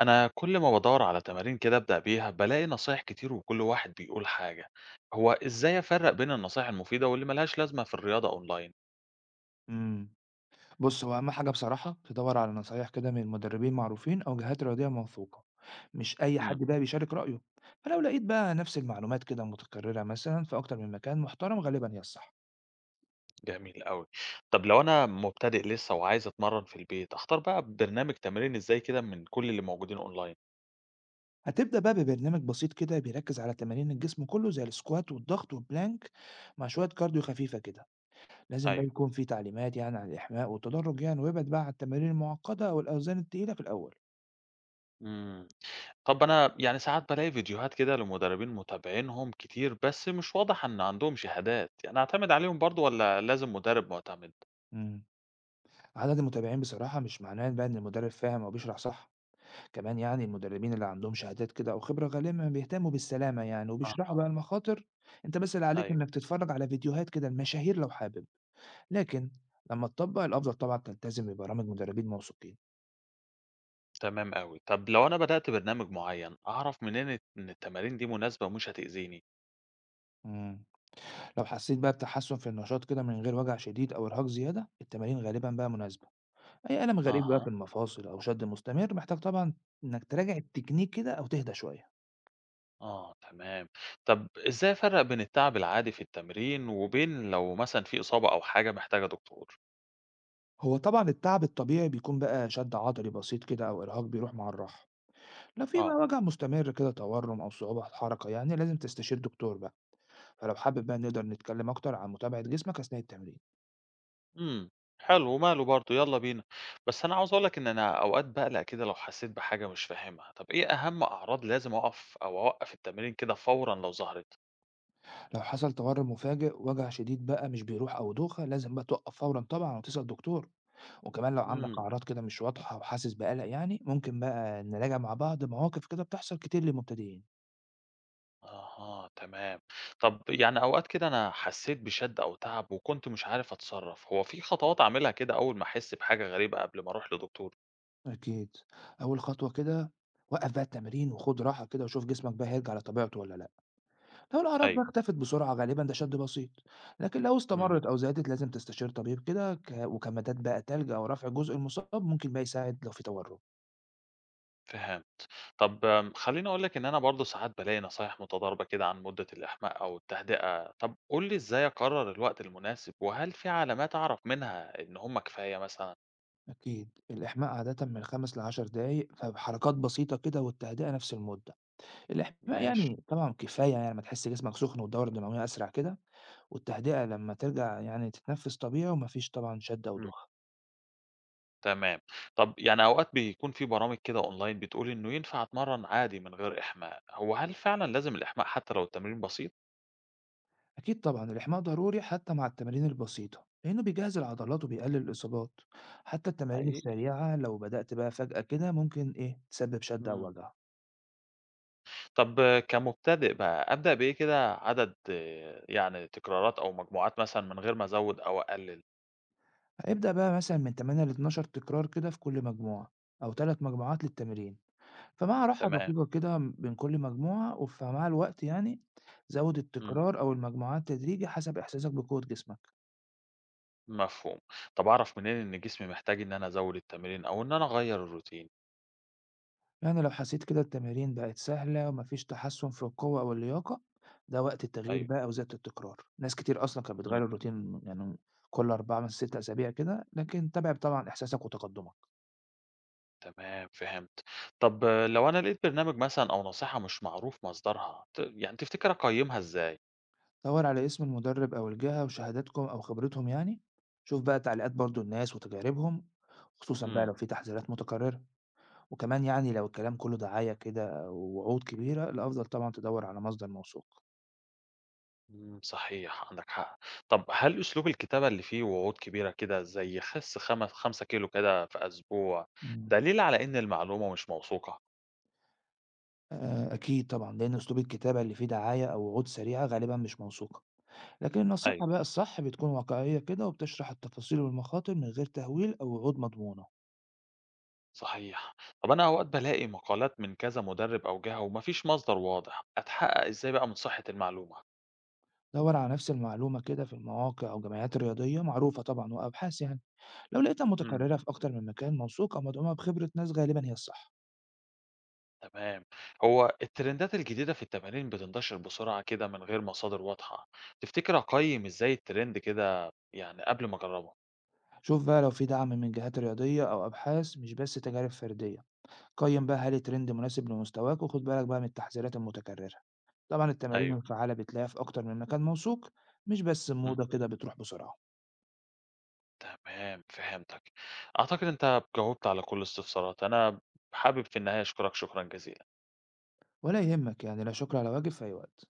أنا كل ما بدور على تمارين كده أبدأ بيها بلاقي نصايح كتير، وكل واحد بيقول حاجة. هو إزاي أفرق بين النصايح المفيدة واللي ملهاش لازمة في الرياضة أونلاين؟ إمم. بُص، هو أهم حاجة بصراحة تدوّر على نصايح كده من مدربين معروفين أو جهات رياضية موثوقة، مش أي امم. حد بقى بيشارك رأيه، فلو لقيت بقى نفس المعلومات كده متكررة مثلًا في أكتر من مكان محترم غالبًا هي الصح. جميل أوي. طب لو أنا مبتدئ لسه وعايز أتمرن في البيت أختار بقى برنامج تمرين إزاي كده من كل اللي موجودين أونلاين؟ هتبدأ بقى ببرنامج بسيط كده بيركّز على تمارين الجسم كله زي السكوات والضغط والبلانك مع شوية كارديو خفيفة كده، لازم بقى أيوه. يكون في تعليمات يعني عن الإحماء والتدرج يعني وابعد بقى عن التمارين المعقدة أو الأوزان التقيلة في الأول. امم. طب أنا يعني ساعات بلاقي فيديوهات كده لمدربين متابعينهم كتير بس مش واضح إن عندهم شهادات، يعني أعتمد عليهم برضو ولا لازم مدرب معتمد؟ إمم. عدد المتابعين بصراحة مش معناه بقى إن المدرب فاهم أو بيشرح صح. كمان يعني المدربين اللي عندهم شهادات كده أو خبرة غالبا بيهتموا بالسلامة يعني وبيشرحوا أها. بقى المخاطر. أنت بس اللي عليك أيوه. إنك تتفرج على فيديوهات كده المشاهير لو حابب، لكن لما تطبق الأفضل طبعا تلتزم ببرامج مدربين موثوقين. تمام أوي. طب لو أنا بدأت برنامج معيّن، أعرف منين إن التمارين دي مناسبة ومش هتأذيني؟ امم لو حسيت بقى بتحسن في النشاط كده من غير وجع شديد أو إرهاق زيادة التمارين غالبا بقى مناسبة. أي ألم غريب بقى أها، في المفاصل أو شد مستمر محتاج طبعا إنك تراجع التكنيك كده أو تهدى شوية. آه تمام. طب إزاي أفرّق بين التعب العادي في التمرين وبين لو مثلًا في إصابة أو حاجة محتاجة دكتور؟ هو طبعا التعب الطبيعي بيكون بقى شد عضلي بسيط كده أو إرهاق بيروح مع الراحة. لو في بقى آه، وجع مستمر كده تورم أو صعوبة في الحركة يعني لازم تستشير دكتور بقى. فلو حابب بقى نقدر نتكلم أكتر عن متابعة جسمك أثناء التمرين. إمم، حلو وماله برضه يالّا بينا. بس أنا عاوز أقول لك إن أنا أوقات باقلق كده لو حسيت بحاجة مش فاهمها. طب إيه أهم أعراض لازم أقف أو أوقّف التمرين كده فورًا لو ظهرت؟ لو حصل تورم مفاجئ وجع شديد بقى مش بيروح أو دوخة لازم بقى توقف فورا طبعا وتسأل دكتور. وكمان لو عندك إمم. أعراض كده مش واضحة وحاسس بقلق يعني ممكن بقى نراجع مع بعض مواقف كده بتحصل كتير للمبتدئين. أها، تمام. طب يعني أوقات كده أنا حسيت بشَد أو تعب وكنت مش عارف أتصرّف، هو في خطوات أعملها كده أول ما أحس بحاجة غريبة قبل ما أروح لدكتور؟ أكيد. أول خطوة كده وقف بقى التمرين وخد راحة كده وشوف جسمك بقى هيرجع لطبيعته ولا لأ. لو الأعراض بقى أيوه، اختفت بسرعة غالبا ده شد بسيط، لكن لو إمم، استمرت أو زادت لازم تستشير طبيب كده وكمادات بقى تلج أو رفع الجزء المصاب ممكن بقى يساعد لو في تورم. فهمت. طب خلّيني أقول لك إن أنا برضه ساعات بالاقي نصايح متضاربة كده عن مدة الإحماء أو التهدئة، طب قُل لي إزاي أقرّر الوقت المناسب وهل في علامات أعرف منها إن هم كفاية مثلًا؟ أكيد الإحماء عادة من 5 ل 10 دقايق فبحركات بسيطة كده والتهدئة نفس المدة. الإحماء ماشي، يعني طبعا كفاية يعني ما تحس جسمك سخن والدورة الدموية أسرع كده. والتهدئة لما ترجع يعني تتنفس طبيعي ومفيش طبعا شد أو إمم. دوخة. تمام. طب يعني أوقات بيكون في برامج كده أونلاين بتقول إنه ينفع أتمرّن عادي من غير إحماء، هو هل فعلًا لازم الإحماء حتى لو التمرين بسيط؟ أكيد طبعا الإحماء ضروري حتى مع التمارين البسيطة لأنه بيجهز العضلات وبيقلل الإصابات. حتى التمارين حقيقي؟ السريعة لو بدأت بقى فجأة كده ممكن إيه تسبب شد أو إمم. وجع. طب كمبتدئ بقى أبدأ بإيه كده عدد يعني تكرارات أو مجموعات مثلًا من غير ما أزوّد أو أقلل؟ هيبدأ بقى مثلا من 8 ل 12 تكرار كده في كل مجموعة أو 3 مجموعات للتمرين، فمع راحة تمام. دقيقة كده بين كل مجموعة ومع الوقت يعني زود إمم. التكرار أو المجموعات تدريجي حسب إحساسك بقوة جسمك. مفهوم. طب أعرف منين إن جسمي محتاج إن أنا أزوّد التمرين أو إن أنا أغيّر الروتين؟ يعني لو حسيت كده التمارين بقت سهلة ومفيش تحسن في القوة أو اللياقة ده وقت التغيير أيوه. بقى أو زيادة التكرار. ناس كتير أصلا كانت بتغير الروتين يعني كل 4 من 6 أسابيع كده لكن تابع طبعا إحساسك وتقدمك. تمام فهمت. طب لو أنا لقيت برنامج مثلًا أو نصيحة مش معروف مصدرها، يعني تفتكر أقيّمها إزاي؟ دور على اسم المدرب أو الجهة وشهاداتكم أو خبرتهم يعني. شوف بقى تعليقات برضو الناس وتجاربهم خصوصا بقى إمم. لو في تحذيرات متكررة. وكمان يعني لو الكلام كله دعاية كده ووعود كبيرة الأفضل طبعا تدور على مصدر موثوق. إمم، صحيح عندك حق. طب هل أسلوب الكتابة اللي فيه وعود كبيرة كده زي خِس خم 5 كيلو كده في أسبوع، مم. دليل على إن المعلومة مش موثوقة؟ أكيد طبعًا، لإن أسلوب الكتابة اللي فيه دعاية أو وعود سريعة غالبًا مش موثوقة، لكن أيوه، النصيحة بقى الصح بتكون واقعية كده وبتشرح التفاصيل والمخاطر من غير تهويل أو وعود مضمونة. صحيح. طب أنا أوقات بالاقي مقالات من كذا مُدرِّب أو جهة وما فيش مصدر واضح، أتحقق إزاي بقى من صحة المعلومة؟ دَوّر على نفس المعلومة كده في المواقع أو جمعيات رياضية معروفة طبعًا وأبحاث يعني، لو لقيتها إمم. متكررة في أكتر من مكان موثوق أو مدعومة بخبرة ناس غالبًا هي الصح. تمام. هو الترندات الجديدة في التمارين بتنتشر بسرعة كده من غير مصادر واضحة. تفتكر أقيم إزاي الترند كده يعني قبل ما أجربه؟ شوف بقى لو في دعم من جهات رياضية أو أبحاث مش بس تجارب فردية. قيّم بقى هل الtrend مناسب لمستواك وخُد بالك بقى من التحذيرات المتكررة. طبعًا التمارين أيوه. الفعّالة بتلاقيها في أكتر من مكان موثوق، مش بس مم. موضة كده بتروح بسرعة. تمام فهمتك. أعتقد أنت جاوبت على كل استفسارات أنا. حابب في النهاية أشكرك شكرا جزيلا. ولا يهمك يعني لا شكر على واجب، في أي وقت.